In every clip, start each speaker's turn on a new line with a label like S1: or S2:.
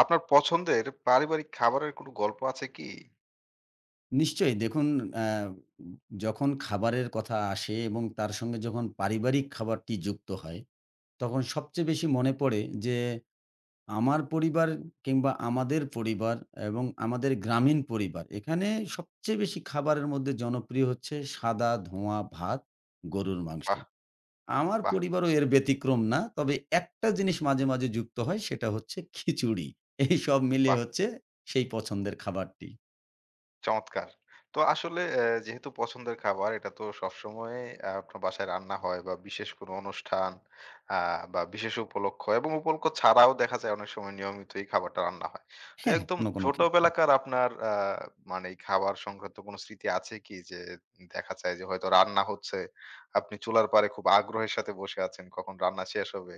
S1: আপনার পছন্দের পারিবারিক খাবারের কোনো গল্প আছে কি?
S2: নিশ্চয়ই দেখুন, আ যখন খাবারের কথা আসে এবং তার সঙ্গে যখন পারিবারিক খাবারটি যুক্ত হয়, তখন সবচেয়ে বেশি মনে পড়ে যে আমার পরিবার কিংবা আমাদের পরিবার এবং আমাদের গ্রামীণ পরিবার। এখানে সবচেয়ে বেশি খাবারের মধ্যে জনপ্রিয় হচ্ছে সাদা ধোঁয়া ভাত, গরুর মাংস।
S1: বাহ!
S2: আমার
S1: বাহ!
S2: পরিবারও এর ব্যতিক্রম না। তবে একটা জিনিস মাঝে, মাঝে যুক্ত হয় সেটা হচ্ছে খিচুড়ি। এই সব
S1: বাহ!
S2: মিলিয়ে হচ্ছে সেই পছন্দের খাবারটি।
S1: চমৎকার। তো আসলে যেহেতু পছন্দের খাবার, এটা তো সবসময় আপনার বাসায় রান্না হয় বা বিশেষ কোনো অনুষ্ঠান আ বা বিশেষ উপলক্ষ এবং উপলক্ষ ছাড়াও দেখা যায় অনেক সময় নিয়মিত এই খাবারটা রান্না হয়। তো
S2: হ্যাঁ,
S1: একদম
S2: কোনো, কোনো ক্ষেত্রে।
S1: ছোটবেলাকার আপনার মানে এই খাবার সংক্রান্ত কোনো স্মৃতি আছে কি? যে দেখা যায় যে হয়তো রান্না হচ্ছে, আপনি চুলার পাড়ে খুব আগ্রহের সাথে বসে আছেন কখন রান্না শেষ হবে।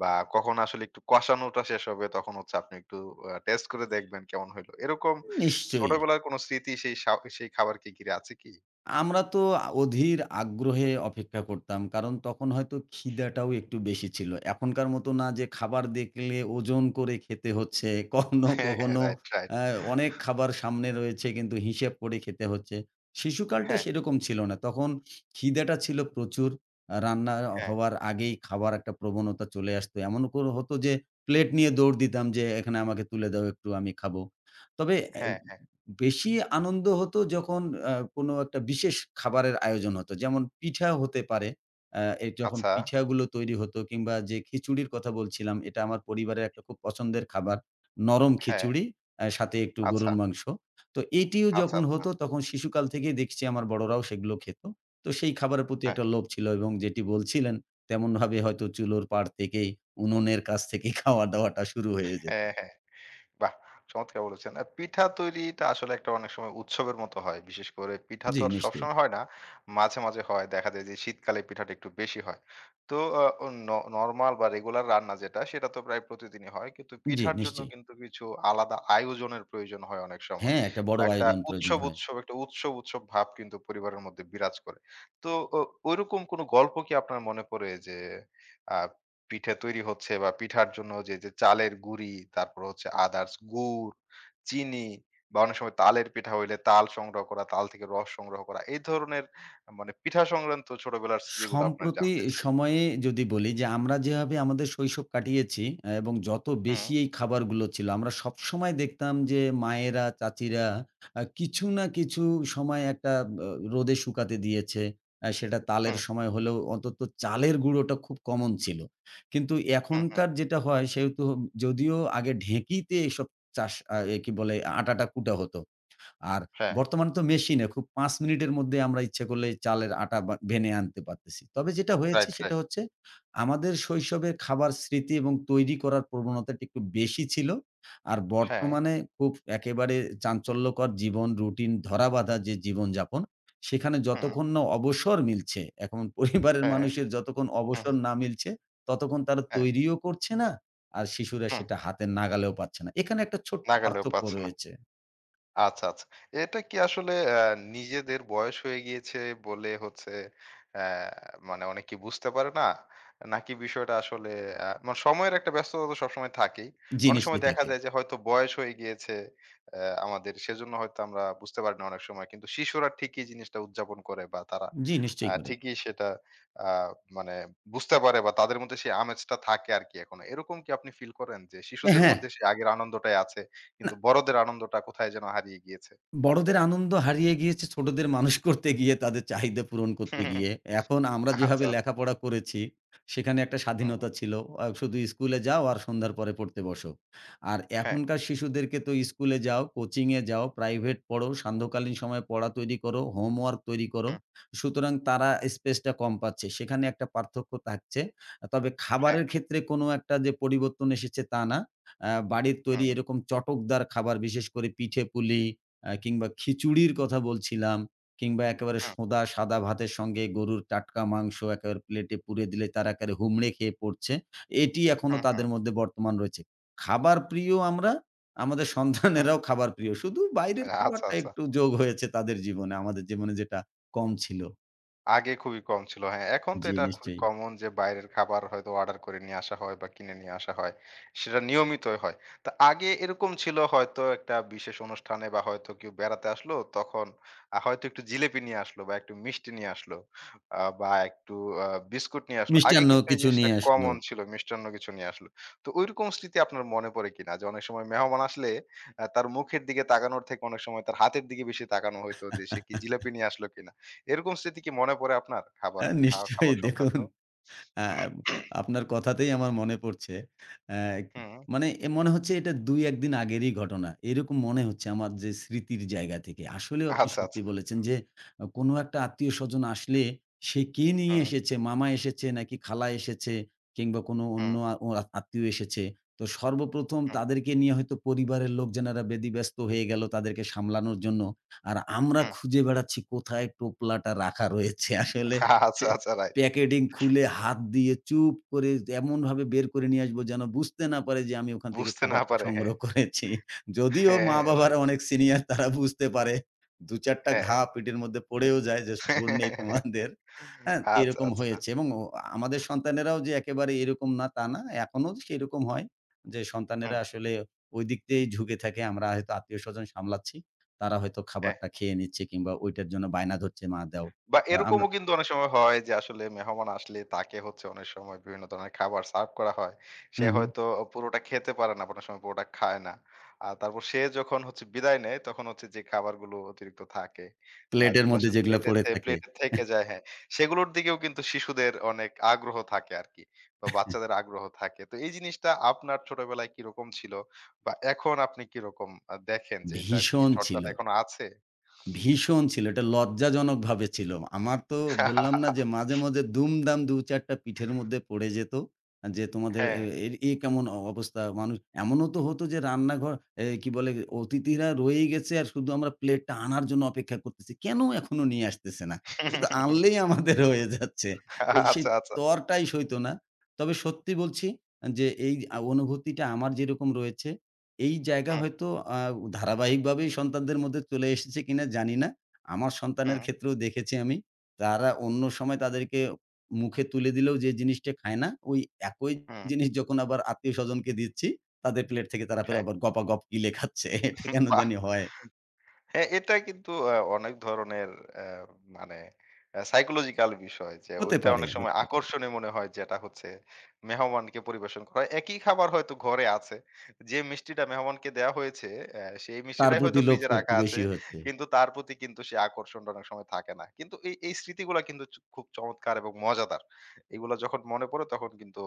S1: বা কখন আসলে একটু কষানোটা শেষ হবে, তখন হচ্ছে আপনি একটু টেস্ট করে দেখবেন কেমন হইলো। এরকম
S2: নিশ্চয়ই।
S1: ছোটবেলার কোনো স্মৃতি সেই সেই খাবারকে ঘিরে আছে কি?
S2: আমরা তো অধীর আগ্রহে অপেক্ষা করতাম। কারণ তখন হয়তো খিদাটাও একটু বেশি ছিল। এখনকার মতো না যে খাবার দেখলে ওজন করে খেতে হচ্ছে। কখনো,
S1: হ্যাঁ, হ্যাঁ,
S2: কখনো
S1: রাইট, রাইট।
S2: অ্যা অনেক খাবার সামনে রয়েছে কিন্তু হিসেব করে খেতে হচ্ছে। শিশুকালটা
S1: হ্যাঁ, right, right.
S2: সেরকম ছিল না। তখন খিদাটা ছিল প্রচুর। রান্না
S1: হ্যাঁ, হ্যাঁ,
S2: হওয়ার আগেই খাবার একটা প্রবণতা চলে আসতো। এমন করে হতো যে প্লেট নিয়ে দৌড় দিতাম যে, "এখানে আমাকে তুলে দাও একটু আমি খাবো।" তবে
S1: হ্যাঁ। হ্যাঁ।
S2: বেশি আনন্দ হতো যখন কোনো একটা বিশেষ খাবারের আয়োজন হতো। যেমন পিঠা হতে পারে। আ এ যখন
S1: আচ্ছা।
S2: পিঠাগুলো তৈরি হতো কিংবা যে খিচুড়ির কথা বলছিলাম, এটা আমার পরিবারের একটা খুব পছন্দের খাবার। নরম
S1: হ্যাঁ,
S2: খিচুড়ি, সাথে একটু
S1: আচ্ছা,
S2: গরুর মাংস। তো এটিও
S1: আচ্ছা,
S2: যখন
S1: আচ্ছা।
S2: হতো তখন শিশুকাল থেকেই দেখছি আমার বড়রাও সেগুলো খেত। তো সেই খাবারের প্রতি
S1: হ্যাঁ,
S2: একটা লোভ ছিল এবং যেটি বলছিলেন তেমনভাবে হয়তো চুলোর পাড় থেকেই উনুনের কাছ থেকেই খাওয়া-দাওয়াটা শুরু হয়ে যেত।
S1: হ্যাঁ, হ্যাঁ। বাহ! চমৎকার বলেছেন। পিঠা তৈরিটা আসলে একটা অনেক সময় উৎসবের মতো হয়। বিশেষ করে পিঠা তো
S2: জি,
S1: আর
S2: নিশ্চয়ই।
S1: সবসময় হয় না। মাঝে, মাঝে হয়। দেখা যায় যে শীতকালে পিঠাটা একটু বেশি হয়। তো নরমাল বা রেগুলার রান্না যেটা সেটা তো প্রায় প্রতিদিনই হয়। কিন্তু
S2: জি,
S1: পিঠার জন্য
S2: নিশ্চয়ই।
S1: কিন্তু কিছু আলাদা আয়োজনের প্রয়োজন হয় অনেক সময়।
S2: হ্যাঁ, একটা
S1: বা
S2: বড় আয়োজন প্রয়োজন হয়।
S1: একটা উৎসব, উৎসব ভাব কিন্তু পরিবারের মধ্যে বিরাজ করে। তো ও ঐরকম কোনো গল্প কি আপনার মনে পড়ে যে আ পিঠে তৈরি হচ্ছে বা পিঠার জন্য যে চালের গুঁড়ি, তারপর হচ্ছে আদার্স গুড়, চিনি বা অনেক সময় তালের পিঠা হইলে তাল সংগ্রহ করা, তাল থেকে রস সংগ্রহ করা। এই ধরনের মানে পিঠা সংক্রান্ত ছোটবেলার স্মৃতিগুলো আপনার
S2: সম্প্রতি
S1: জানতে চাই।
S2: সময়ে যদি বলি যে আমরা যেভাবে আমাদের শৈশব কাটিয়েছি এবং যত
S1: হুম,
S2: বেশি এই খাবারগুলো ছিল আমরা সবসময় দেখতাম যে মায়েরা, চাচিরা কিছু না কিছু সময় একটা রোদে শুকাতে দিয়েছে। সেটা তালের
S1: হুম,
S2: সময় হলেও অন্তত চালের গুঁড়োটা খুব কমন ছিল। কিন্তু
S1: হুম, হুম।
S2: এখনকার যেটা হয় সেহেতু যদিও আগে ঢেঁকিতে এসব চাষ কি বলে আটাটা কুটা হতো। আর
S1: হ্যাঁ,
S2: বর্তমানে তো মেশিনে খুব ৫ মিনিটের মধ্যে আমরা ইচ্ছে করলেই চালের আটা বা ভেনে আনতে পারতেছি। তবে যেটা হয়েছে
S1: রাইট,
S2: সেটা
S1: রাইট।
S2: হচ্ছে আমাদের শৈশবের খাবার স্মৃতি এবং তৈরি করার প্রবণতাটি একটু বেশি ছিল। আর
S1: হ্যাঁ,
S2: বর্তমানে খুব একেবারে চাঞ্চল্যকর জীবন রুটিন ধরাবাঁধা যে জীবনযাপন, সেখানে
S1: হুম,
S2: যতক্ষণ না অবসর মিলছে, এখন পরিবারের
S1: হ্যাঁ,
S2: মানুষের যতক্ষণ
S1: হুম,
S2: অবসর না মিলছে, ততক্ষণ তারা
S1: হ্যাঁ,
S2: তৈরিও করছে না, আর শিশুরা
S1: হুম।
S2: সেটা হাতের নাগালেও পাচ্ছে না। এখানে একটা ছোট্ট
S1: না গেলেও
S2: পার্থক্য
S1: পাচ্ছে না।
S2: রয়েছে,
S1: আচ্ছা, আচ্ছা। এটা কি আসলে নিজেদের বয়স হয়ে গিয়েছে বলে হচ্ছে অ্যা মানে অনেকে বুঝতে পারে না? নাকি বিষয়টা আসলে মানে সময়ের একটা ব্যস্ততা তো সবসময় থাকেই। অনেক
S2: জিনিসটি
S1: সময় দেখা
S2: থাকে।
S1: যায় যে হয়তো বয়স হয়ে গিয়েছে অ্যা আমাদের, সেজন্য হয়তো আমরা বুঝতে পারি না অনেক সময়। কিন্তু শিশুরা ঠিকই জিনিসটা উদযাপন করে বা তারা
S2: জি, নিশ্চয়ই করে।
S1: ঠিকই সেটা আ মানে বুঝতে পারে বা তাদের মধ্যে সেই আমেজটা থাকে আরকি এখনো। এরকম কি আপনি ফিল করেন যে শিশুদের
S2: হ্যাঁ।
S1: মধ্যে সেই আগের আনন্দটাই আছে? কিন্তু বড়দের আনন্দটা কোথায় যেন হারিয়ে গিয়েছে।
S2: বড়দের আনন্দ হারিয়ে গিয়েছে ছোটদের মানুষ করতে গিয়ে, তাদের চাহিদা পূরণ
S1: হুম,
S2: করতে
S1: হুম, হুম।
S2: গিয়ে। এখন আমরা
S1: আচ্ছা,
S2: যেভাবে
S1: আচ্ছা।
S2: লেখাপড়া করেছি, সেখানে একটা
S1: হুম।
S2: স্বাধীনতা ছিল। শুধু স্কুলে যাও আর সন্ধ্যার পরে পড়তে বসো। আর
S1: হ্যাঁ,
S2: এখনকার শিশুদেরকে তো স্কুলে যাও, কোচিংয়ে যাও, প্রাইভেট পড়ো, সান্ধ্যকালীন সময়ে পড়া তৈরি করো, হোমওয়ার্ক তৈরি করো।
S1: হুম,
S2: সুতরাং তারা স্পেসটা কম পাচ্ছে। সেখানে একটা পার্থক্য থাকছে। তবে
S1: হ্যাঁ,
S2: খাবারের ক্ষেত্রে কোনো একটা যে পরিবর্তন এসেছে তা না। বাড়ির তৈরি
S1: হুম,
S2: এরকম চটকদার খাবার বিশেষ করে পিঠে-পুলি কিংবা খিচুড়ির কথা বলছিলাম কিংবা একেবারে
S1: হুম,
S2: সোঁদা সাদা ভাতের সঙ্গে গরুর টাটকা মাংস একেবারে প্লেটে পুড়ে দিলে তারা একেবারে হুমড়ে খেয়ে পড়ছে। এটি এখনো
S1: হুম, হুম,
S2: তাদের মধ্যে বর্তমান রয়েছে। খাবার প্রিয় আমরা, আমাদের
S1: হুম।
S2: সন্তানেরাও খাবার প্রিয়। শুধু বাইরের
S1: আচ্ছা,
S2: খাবারটা
S1: আচ্ছা।
S2: একটু যোগ হয়েছে তাদের জীবনে। আমাদের জীবনে যেটা কম ছিল।
S1: আগে খুবই কম ছিল। হ্যাঁ, এখন তো
S2: জি,
S1: এটা খুবই
S2: নিশ্চয়ই।
S1: কমন যে বাইরের খাবার হয়তো অর্ডার করে নিয়ে আসা হয় বা কিনে নিয়ে আসা হয়। সেটা নিয়মিতই হয়। তো আগে এরকম ছিল, হয়তো একটা বিশেষ অনুষ্ঠানে বা হয়তো কেউ বেড়াতে আসলো, তখন হয়তো একটু জিলেপি নিয়ে আসলো বা একটু মিষ্টি নিয়ে আসলো বা একটু আ বিস্কুট নিয়ে আসলো। আগে
S2: মিষ্টান্ন
S1: কিন্তু এই
S2: কিছু
S1: জিনিসটা
S2: নিয়ে আসলো।
S1: কমন ছিল। মিষ্টান্ন কিছু নিয়ে আসলো। তো ঐরকম স্মৃতি আপনার মনে পড়ে কিনা? যে অনেক সময় মেহমান আসলে তার মুখের দিকে তাকানোর থেকে অনেক সময় তার হাতের দিকে বেশি তাকানো হইতো যে সে কি জিলাপি নিয়ে আসলো কিনা? এরকম স্মৃতি কি মনে পড়ে আপনার খাবার
S2: নিশ্চয়ই
S1: খাবার সংক্রান্ত?
S2: দেখুন আ আপনার কথাতেই আমার মনে পড়ছে। আ
S1: হুম,
S2: মানে মনে হচ্ছে এটা ২-১ দিন আগেরই ঘটনা। এরকম মনে হচ্ছে আমার যে স্মৃতির জায়গা থেকে। আসলেও আপনি
S1: আচ্ছা,
S2: সত্যি
S1: আচ্ছা।
S2: বলেছেন যে কোনো একটা আত্মীয়স্বজন আসলে সে কি নিয়ে
S1: হুম,
S2: এসেছে, মামা এসেছে নাকি খালা এসেছে কিংবা কোনো অন্য
S1: হুম,
S2: আত্মীয় এসেছে। তো সর্বপ্রথম
S1: হুম,
S2: তাদেরকে নিয়ে হয়তো পরিবারের লোকজনেরা বেদিব্যস্ত হয়ে গেল তাদেরকে সামলানোর জন্য। আর আমরা
S1: হুম।
S2: খুঁজে বেড়াচ্ছি কোথায় টোপলাটা রাখা রয়েছে আসলে
S1: আচ্ছা,
S2: সে
S1: আচ্ছা রাইট।
S2: প্যাকেটিং খুলে হাত দিয়ে চুপ করে এমনভাবে বের করে নিয়ে আসবো যেন বুঝতে না পারে যে আমি ওখান থেকে
S1: বুঝতে না
S2: খাবারটি
S1: পারে, হ্যাঁ।
S2: সংগ্রহ করেছি। যদিও
S1: হ্যাঁ,
S2: মা-বাবারা
S1: রাইট।
S2: অনেক সিনিয়র তারা বুঝতে পারে। ২-৪ টা
S1: হ্যাঁ,
S2: ঘা
S1: রাইট।
S2: পেটের মধ্যে পড়েও যায় যে সবুর নেই
S1: হ্যাঁ।
S2: তোমাদের। হ্যাঁ?
S1: আচ্ছা,
S2: এরকম
S1: আচ্ছা।
S2: হয়েছে এবং আমাদের সন্তানেরাও যে একেবারে এরকম না তা না। এখনো সেরকম হয় যে
S1: হুম,
S2: সন্তানেরা আসলে ওই দিক দিয়েই ঝুঁকে থাকে। আমরা হয়তো আত্মীয়স্বজন সামলাচ্ছি। তারা হয়তো
S1: হ্যাঁ।
S2: খাবারটা খেয়ে নিচ্ছে কিংবা ওইটার জন্য বায়না ধরছে, "মা দাও।"
S1: বা
S2: আমরা
S1: এরকমও কিন্তু অনেক সময় হয় যে আসলে মেহমান আসলে তাকে হচ্ছে অনেক সময় বিভিন্ন ধরনের খাবার সার্ভ করা হয়।
S2: হু,
S1: সে
S2: হু।
S1: হয়তো পুরোটা খেতে পারে না, অনেক সময় পুরোটা খায় না। আর তারপর সে যখন হচ্ছে বিদায় নেয়, তখন হচ্ছে যে খাবারগুলো অতিরিক্ত থাকে বা
S2: প্লেটের
S1: যেগুলো
S2: মধ্যে
S1: আসলে
S2: যেগুলো পড়ে থাকে।
S1: প্লেটে থেকে যায়, হ্যাঁ, সেগুলোর দিকেও কিন্তু শিশুদের অনেক আগ্রহ থাকে আরকি বা বাচ্চাদের আগ্রহ থাকে। তো এই জিনিসটা আপনার ছোটবেলায় কিরকম ছিল? বা এখন আপনি কিরকম দেখেন যে এটার কি
S2: ভীষণ ছিল,
S1: চর্চাটা এখনো আছে?
S2: ভীষণ ছিল। এটা লজ্জাজনকভাবে ছিল। আমার তো বললাম না যে মাঝে, মাঝে দুমদাম ২-৪ টা পিঠের মধ্যে পড়ে যেত। যে তোমাদের এ
S1: হ্যাঁ।
S2: এর এ কেমন অবস্থা মানুষ এমনও তো হতো যে রান্নাঘর কি বলে অতিথিরা রয়েই গেছে আর শুধু আমরা প্লেটটা আনার জন্য অপেক্ষা করতেছি। কেন এখনো নিয়ে আসতেছে না? এটা তো আনলেই আমাদের হয়ে যাচ্ছে। তো সেই
S1: আচ্ছা, আচ্ছা।
S2: তরটাই সইতো না। তবে সত্যি বলছি যে এই অনুভূতিটা আমার যেরকম রয়েছে এই জায়গা
S1: হুম,
S2: হয়তো আ ধারাবাহিকভাবেই সন্তানদের মধ্যে চলে এসেছে কিনা জানি না। আমার সন্তানের
S1: হুম,
S2: ক্ষেত্রেও দেখেছি আমি। তারা অন্য সময় তাদেরকে মুখে তুলে দিলেও যে জিনিসটা খায় না, ওই একই
S1: হুম।
S2: জিনিস যখন আবার আত্মীয়স্বজনকে দিচ্ছি, তাদের প্লেট থেকে তারা ফের
S1: হ্যাঁ,
S2: আবার গপাগপ গিলে খাচ্ছে। এটা কেন
S1: বাহ!
S2: জানি হয়।
S1: হ্যাঁ, এটা কিন্তু অনেক ধরনের আ মানে সাইকোলজিক্যাল বিষয় যে
S2: হতে
S1: ওইটা
S2: পারে,
S1: অনেক সময়
S2: হতে পারে।
S1: আকর্ষণীয় মনে হয়, যেটা হচ্ছে মেহমানকে পরিবেশন করা হয়। একই খাবার হয়তো ঘরে আছে। যে মিষ্টিটা মেহমানকে দেয়া হয়েছে সেই
S2: তার
S1: মিষ্টিটাই হয়তো
S2: প্রতি
S1: ফ্রিজে
S2: লোভটা একটু
S1: রাখা আছে।
S2: বেশি হচ্ছে।
S1: কিন্তু তার প্রতি কিন্তু সেই আকর্ষণটা অনেক সময় থাকে না। কিন্তু এই স্মৃতিগুলা কিন্তু খুব চমৎকার এবং মজাদার। এগুলা যখন মনে পড়ে তখন কিন্তু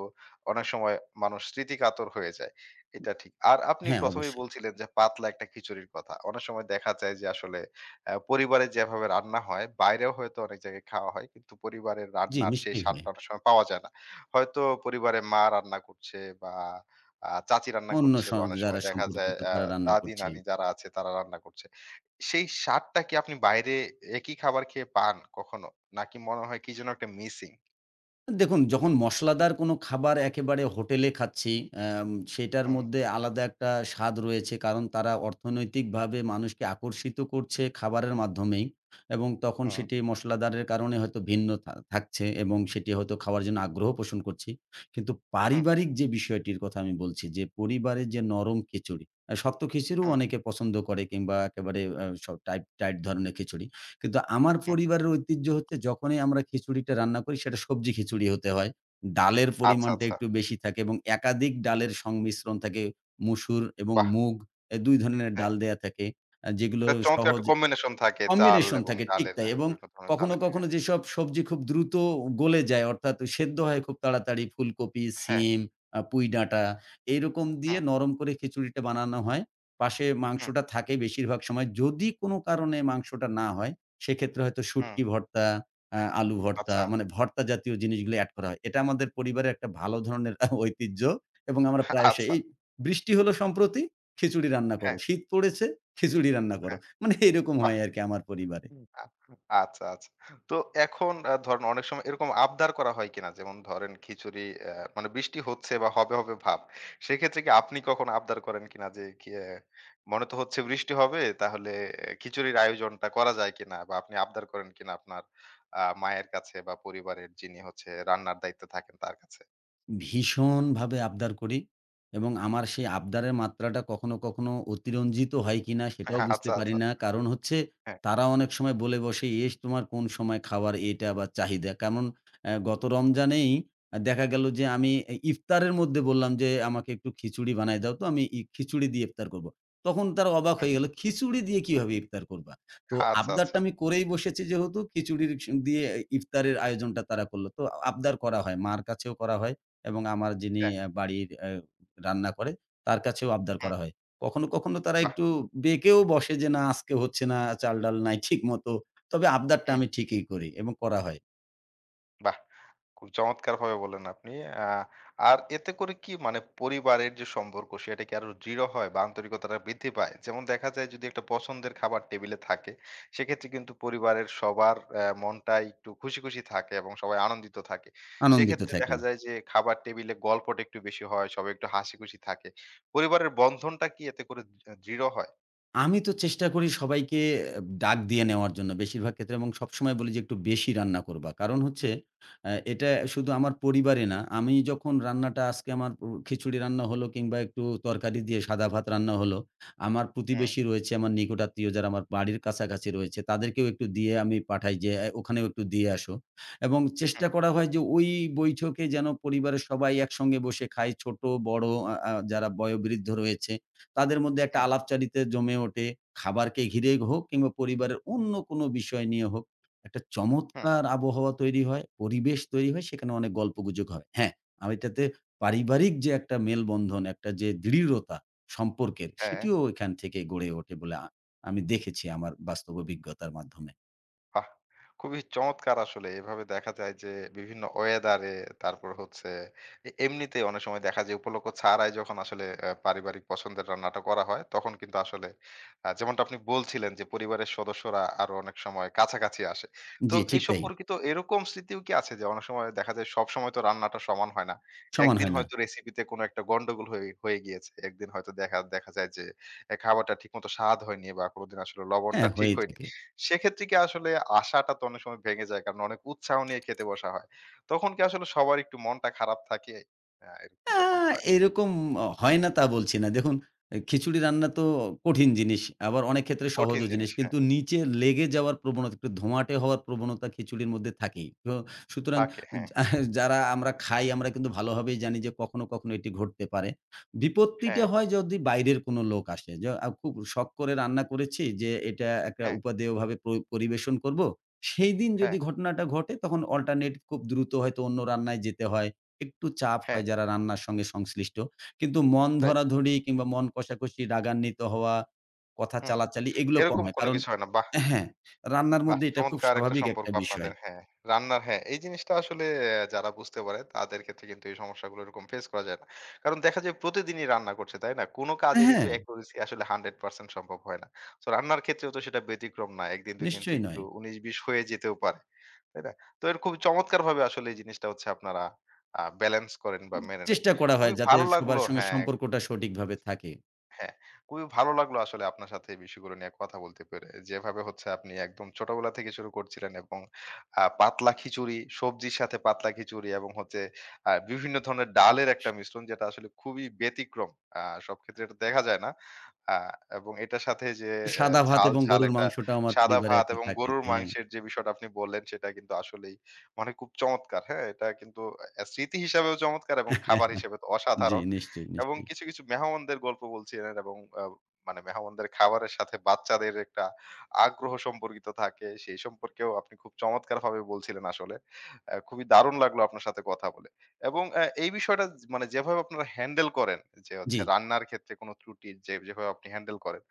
S1: অনেক সময় মানুষ স্মৃতিকাতর হয়ে যায়। এটা ঠিক। আর আপনি
S2: হ্যাঁ,
S1: প্রথম এই
S2: অবশ্যই।
S1: বলছিলেন যে পাতলা একটা খিচুড়ির কথা। অনেক সময় দেখা যায় যে আসলে পরিবারে যেভাবে রান্না হয়, বাইরেও হয়তো অনেক জায়গায় খাওয়া হয়। কিন্তু পরিবারের
S2: জি,
S1: রান্নার সেই
S2: নিশ্চয়ই হয়।
S1: স্বাদটা অনেক সময় পাওয়া যায় না। হয়তো পরিবারে মা রান্না করছে বা চাচি রান্না
S2: অন্য
S1: করছে
S2: স
S1: বা অনেক সময়
S2: যারা
S1: দেখা যায়
S2: সম্পর্কিত তারা রান্না করছে।
S1: দাদি-নানি যারা আছে তারা রান্না করছে। সেই স্বাদটা কি আপনি বাইরে একই খাবার খেয়ে পান কখনো? নাকি মনে হয় কি যেন একটা মিসিং?
S2: দেখুন, যখন মসলাদার কোনো খাবার একেবারে হোটেলে খাচ্ছি সেটার
S1: হুম,
S2: মধ্যে আলাদা একটা স্বাদ রয়েছে। কারণ তারা অর্থনৈতিকভাবে মানুষকে আকর্ষিত করছে খাবারের মাধ্যমেই এবং তখন
S1: হুম,
S2: সেটি মসলাদারের কারণে হয়তো ভিন্ন থাকছে এবং সেটি হয়তো খাওয়ার জন্য আগ্রহ পোষণ করছি। কিন্তু
S1: হুম,
S2: পারিবারিক যে বিষয়টির কথা আমি বলছি যে, পরিবারের যে নরম খিচুড়ি, শক্ত খিচুড়িও
S1: হুম,
S2: অনেকে পছন্দ করে কিংবা একেবারে সব টাইট, টাইট ধরনের খিচুড়ি। কিন্তু আমার
S1: হুম।
S2: পরিবারের ঐতিহ্য হচ্ছে যখনই আমরা খিচুড়িটা রান্না করি সেটা সবজি খিচুড়ি হতে হয়। ডালের
S1: আচ্ছা,
S2: পরিমাণটা
S1: আচ্ছা।
S2: একটু বেশি থাকে এবং একাধিক ডালের সংমিশ্রণ থাকে। মসুর এবং
S1: বাহ!
S2: মুগ এ ২ ধরনের
S1: হ্যাঁ।
S2: ডাল দেয়া থাকে। যেগুলো
S1: একটা চমৎকার
S2: সহজ
S1: একটা কম্বিনেশন থাকে চাল
S2: কম্বিনেশন
S1: এবং
S2: থাকে ঠিক
S1: ডালের,
S2: তাই
S1: হ্যাঁ,
S2: এবং
S1: বিভিন্ন ধরনের
S2: কখনো,
S1: ডালের, হ্যাঁ,
S2: কখনো যেসব সবজি খুব দ্রুত গলে যায় অর্থাৎ সেদ্ধ হয় খুব তাড়াতাড়ি ফুলকপি,
S1: হ্যাঁ,
S2: সিম, পুঁইডাঁটা এইরকম দিয়ে
S1: হুম,
S2: নরম করে খিচুড়িটা বানানো হয়। পাশে
S1: হুম,
S2: মাংসটা থাকে বেশিরভাগ সময়। যদি কোনো কারণে মাংসটা না হয় সেক্ষেত্রে হয়তো
S1: হুম,
S2: শুটকি ভর্তা, আলু ভর্তা
S1: আচ্ছা,
S2: মানে ভর্তা জাতীয় জিনিসগুলো এড করা হয়। এটা আমাদের পরিবারের একটা ভালো ধরনের ঐতিহ্য এবং আমরা প্রায়শই
S1: আচ্ছা,
S2: এই বৃষ্টি হলো সম্প্রতি, খিচুড়ি রান্না করো।
S1: হ্যাঁ,
S2: শীত পড়েছে, খিচুড়ি রান্না করো।
S1: হ্যাঁ,
S2: মানে এরকম
S1: বাহ!
S2: হয় আরকি আমার পরিবারে।
S1: আ আচ্ছা, আচ্ছা। তো এখন ধরেন অনেক সময় এরকম আবদার করা হয় কিনা? যেমন ধরেন খিচুড়ি, মানে বৃষ্টি হচ্ছে বা হবে, হবে ভাব। সেক্ষেত্রে কি আপনি কখনো আবদার করেন কিনা যে কি মনে তো হচ্ছে বৃষ্টি হবে, তাহলে খিচুড়ির আয়োজনটা করা যায় কিনা? বা আপনি আবদার করেন কিনা আপনার মায়ের কাছে বা পরিবারের যিনি হচ্ছে রান্নার দায়িত্বে থাকেন তার কাছে?
S2: ভীষণভাবে আবদার করি এবং আমার সেই আবদারের মাত্রাটা কখনো, কখনো অতিরঞ্জিত হয় কিনা সেটাও
S1: হ্যাঁ,
S2: বুঝতে
S1: আচ্ছা,
S2: পারি
S1: আচ্ছা।
S2: না। কারণ হচ্ছে
S1: হ্যাঁ,
S2: তারা অনেক সময় বলে বসে, "ইস তোমার কোন সময় খাওয়ার এটা আবার চাহিদা?" কেমন গত রমজানেই দেখা গেল যে আমি ইফতারের মধ্যে বললাম যে, "আমাকে একটু খিচুড়ি বানায় দাও তো আমি খিচুড়ি দিয়ে ইফতার করব।" তখন তারা অবাক
S1: হুম।
S2: হয়ে গেল, "খিচুড়ি দিয়ে কিভাবে ইফতার করবা?" তো
S1: আচ্ছা, আচ্ছা।
S2: আবদারটা আমি করেই বসেছি যেহেতু খিচুড়ির দিয়ে ইফতারের আয়োজনটা তারা করল। তো আবদার করা হয়, মার কাছেও করা হয়। এবং আমার যিনি
S1: হ্যাঁ,
S2: বাড়ির রান্না করে তার কাছেও আবদার
S1: হুম।
S2: করা হয়। কখনো, কখনো তারা
S1: বাহ!
S2: একটু বেঁকেও বসে যে না আজকে হচ্ছে না, চাল-ডাল নাই ঠিক মতো। তবে আবদারটা
S1: হুম,
S2: আমি ঠিকই করি এবং করা হয়।
S1: বাহ! খুব চমৎকারভাবে বললেন আপনি। আ আর এতে করে কি মানে পরিবারের যে সম্পর্ক সেটা কি আরো দৃঢ় হয় বা আন্তরিকতাটা বৃদ্ধি পায়? যেমন দেখা যায় যদি একটা পছন্দের খাবার টেবিলে থাকে, সেক্ষেত্রে কিন্তু পরিবারের সবার মনটাই একটু খুশি, খুশি থাকে এবং সবাই আনন্দিত থাকে।
S2: আনন্দিত
S1: সেক্ষেত্রে
S2: থাকি।
S1: দেখা যায় যে খাবার টেবিলে গল্পটা একটু বেশি হয়, সবাই একটু হাসি-খুশি থাকে। পরিবারের বন্ধনটা কি এতে করে দৃঢ় হয়?
S2: আমি তো চেষ্টা করি সবাইকে ডাক দিয়ে নেওয়ার জন্য বেশিরভাগ ক্ষেত্রে এবং সবসময় বলি যে একটু বেশি রান্না করবা। কারণ হচ্ছে এটা শুধু আমার পরিবারে না, আমি যখন রান্নাটা আজকে আমার খিচুড়ি রান্না হলো কিংবা একটু তরকারি দিয়ে সাদা ভাত রান্না হলো, আমার
S1: হুম,
S2: প্রতিবেশী রয়েছে, আমার নিকটাত্মীয় যারা আমার বাড়ির কাছাকাছি রয়েছে তাদেরকেও একটু দিয়ে আমি পাঠাই যে, "এ ওখানেও একটু দিয়ে আসো।" এবং
S1: হুম,
S2: চেষ্টা করা হয় যে ওই বৈঠকে যেন পরিবারের সবাই একসঙ্গে বসে খায়। ছোট, বড় আ আ যারা বয়োবৃদ্ধ রয়েছে তাদের মধ্যে একটা
S1: হুম,
S2: আলাপচারিতা জমে ওঠে। খাবারকে ঘিরে হোক কিংবা পরিবারের অন্য কোনো বিষয় নিয়ে হোক, একটা
S1: হুম।
S2: চমৎকার আবহাওয়া তৈরি হয়, পরিবেশ তৈরি হয়, সেখানে অনেক গল্পগুজব হয়। হ্যাঁ, আমি এটাতে পারিবারিক যে একটা মেলবন্ধন, একটা যে দৃঢ়তা সম্পর্কের,
S1: হ্যাঁ।
S2: সেটিও এখান থেকে গড়ে ওঠে বলে আমি দেখেছি আমার বাস্তব অভিজ্ঞতার মাধ্যমে।
S1: বাহ! খুবই চমৎকার আসলে। এভাবে দেখা যায় যে বিভিন্ন ওয়েদারে, তারপর হচ্ছে এমনিতেই অনেক সময় দেখা যায় উপলক্ষ ছাড়াই, যখন আসলে পারিবারিক পছন্দের রান্নাটা করা হয় তখন কিন্তু আসলে যেমনটা আপনি বলছিলেন, যে পরিবারের সদস্যরা আরো অনেক সময় কাছাকাছি আসে। তো
S2: জি,
S1: এই
S2: ঠিক তাই।
S1: সম্পর্কিত এরকম স্মৃতিও কি আছে? যে অনেক সময় দেখা যায় সবসময় তো রান্নাটা সমান হয় না।
S2: সমান
S1: একদিন
S2: হয় না।
S1: হয়তো রেসিপিতে কোনো একটা গন্ডগোল হয়ে হয়ে গিয়েছে। একদিন হয়তো দেখা দেখা যায় যে খাবারটা ঠিকমতো স্বাদ হয়নি বা কোনদিন আসলে লবণটা
S2: হ্যাঁ,
S1: ঠিক
S2: হয়েই
S1: হয়নি।
S2: থাকে।
S1: সেক্ষেত্রে কি আসলে আশাটা তো অনেক সময় ভেঙে যায়, কারণ অনেক উৎসাহ নিয়ে খেতে বসা হয়। তখন কি আসলে সবার একটু মনটা খারাপ থাকে? এরকম
S2: আ
S1: যখন হয়।
S2: এরকম হয় না তা বলছি না। দেখুন খিচুড়ি রান্না তো কঠিন জিনিস। আবার অনেক ক্ষেত্রে
S1: কঠিন
S2: সহজও জিনিস।
S1: জিনিস, হ্যাঁ,
S2: কিন্তু নিচে লেগে যাওয়ার প্রবণতা, একটু ধোঁয়াটে হওয়ার প্রবণতা খিচুড়ির মধ্যে থাকেই। তো সুতরাং
S1: থাকে, হ্যাঁ,
S2: যা যারা আমরা খাই আমরা কিন্তু ভালোভাবেই জানি যে কখনো, কখনো এটি ঘটতে পারে। বিপত্তিটা
S1: হ্যাঁ,
S2: হয় যদি বাইরের কোনো লোক আসে। যে খুব শখ করে রান্না করেছি যে এটা একটা
S1: হ্যাঁ,
S2: উপাদেয়ভাবে পরিবেশন করব। সেইদিন
S1: হ্যাঁ,
S2: যদি ঘটনাটা ঘটে তখন অল্টারনেট খুব দ্রুত হয়তো অন্য রান্নায় যেতে হয়। একটু চাপ
S1: হ্যাঁ,
S2: হয় যারা রান্নার সঙ্গে সংশ্লিষ্ট। কিন্তু মন
S1: রাইট,
S2: ধরাধরি কিংবা মন কষাকষি, রাগান্বিত হওয়া, কথা
S1: হুম,
S2: চালাচালি এগুলো কম
S1: এরকম
S2: হয়।
S1: কোনো
S2: কারণ
S1: কিছু হয় না। বাহ!
S2: হ্যাঁ, রান্নার
S1: বাহ!
S2: মধ্যে এটা খুব
S1: চমৎকার একটা
S2: স্বাভাবিক
S1: সম্পর্ক
S2: একটা
S1: আপনাদের।
S2: বিষয়।
S1: হ্যাঁ, রান্নার, হ্যাঁ, এই জিনিসটা আসলে যারা বুঝতে পারে তাদের ক্ষেত্রে কিন্তু এই সমস্যাগুলো এরকম ফেস করা যায় না। কারণ দেখা যায় প্রতিদিনই রান্না করছে, তাই না? কোনো কাজেরই তো
S2: হ্যাঁ,
S1: accuracy আসলে 100% সম্ভব হয় না। সো রান্নার ক্ষেত্রেও তো সেটা ব্যতিক্রম না। ১ দিন ২ দিন তো
S2: নিশ্চয়ই
S1: একটু
S2: নয়।
S1: ১৯-২০ হয়ে যেতেও পারে, তাই না? তো এর খুব চমৎকারভাবে আসলে এই জিনিসটা হচ্ছে আপনারা ব্যালেন্স করেন বা মেনে নেন।
S2: চেষ্টা করা হয়
S1: খুবই
S2: যাতে
S1: ভালো লাগলো,
S2: সবার সঙ্গে
S1: হ্যাঁ,
S2: সম্পর্কটা সঠিকভাবে থাকে।
S1: হ্যাঁ, খুবই ভালো লাগলো আসলে আপনার সাথে এই বিষয়গুলো নিয়ে কথা বলতে পেরে। যেভাবে হচ্ছে আপনি একদম ছোটবেলা থেকে শুরু করছিলেন এবং পাতলা খিচুড়ি, সবজির সাথে পাতলা খিচুড়ি এবং হচ্ছে বিভিন্ন ধরনের ডালের একটা মিশ্রণ, যেটা আসলে খুবই ব্যতিক্রম। আ সব ক্ষেত্রে এটা দেখা যায় না। আ এবং এটার সাথে যে
S2: সাদা ভাত
S1: ঝাল,
S2: এবং
S1: ঝাল
S2: গরুর
S1: একটা
S2: মাংসটা আমার
S1: সাদা
S2: পরিবারে
S1: ভাত
S2: একটা
S1: এবং
S2: থাকে।
S1: গরুর
S2: হ্যাঁ।
S1: মাংসের যে বিষয়টা আপনি বললেন সেটা কিন্তু আসলেই মানে খুব চমৎকার। হ্যাঁ? এটা কিন্তু স্মৃতি হিসাবেও চমৎকার এবং খাবার হিসেবে তো
S2: জি,
S1: অসাধারণ।
S2: নিশ্চয়ই,
S1: এবং
S2: নিশ্চয়ই।
S1: কিছু, কিছু মেহমানদের গল্প বলছিলেন এবং আ মানে মেহমানদের খাবারের সাথে বাচ্চাদের একটা আগ্রহ সম্পর্কিত থাকে। সেই সম্পর্কেও আপনি খুব চমৎকারভাবে বলছিলেন আসলে। খুবই দারুণ লাগলো আপনার সাথে কথা বলে। এবং এই বিষয়টা যে মানে যেভাবে আপনারা হ্যান্ডেল করেন, যে হচ্ছে
S2: জি,
S1: রান্নার ক্ষেত্রে কোনো ত্রুটির যে যেভাবে আপনি হ্যান্ডেল করেন,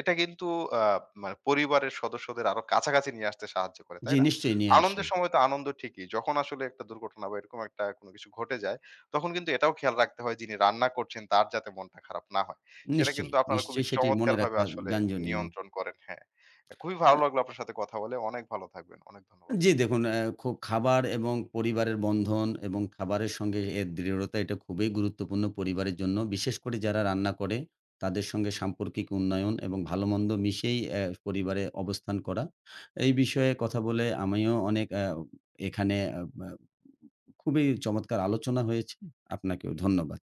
S1: এটা কিন্তু আ মানে পরিবারের সদস্যদের আরো কাছাকাছি নিয়ে আসতে সাহায্য করে, তাই
S2: জি
S1: না?
S2: নিশ্চয়ই নিয়ে আসে।
S1: আনন্দের সময় তো আনন্দ ঠিকই। যখন আসলে একটা দুর্ঘটনা বা এরকম একটা কোনো কিছু ঘটে যায়, তখন কিন্তু এটাও খেয়াল রাখতে হয় যিনি রান্না করছেন তার যাতে মনটা খারাপ না হয়। সেটা
S2: নিশ্চয়ই,
S1: কিন্তু আপনারা খুবই
S2: নিশ্চয়ই সেটি মনে
S1: চমৎকারভাবে
S2: রাখা
S1: আসলে
S2: গাঞ্জনীয়।
S1: নিয়ন্ত্রণ করেন। হ্যাঁ। খুবই ভালো লাগলো আপনার সাথে কথা বলে। অনেক ভালো থাকবেন। অনেক ধন্যবাদ।
S2: জি, দেখুন অ্যা খু খাবার এবং পরিবারের বন্ধন এবং খাবারের সঙ্গে এর দৃঢ়তা এটা খুবই গুরুত্বপূর্ণ পরিবারের জন্য। বিশেষ করে যারা রান্না করে তাদের সঙ্গে সাম্পর্কিক উন্নয়ন এবং ভালোমন্দ মিশেই পরিবারে অবস্থান করা। এই বিষয়ে কথা বলে আমিও অনেক এখানে আ বা খুবই চমৎকার আলোচনা হয়েছে। আপনাকেও ধন্যবাদ।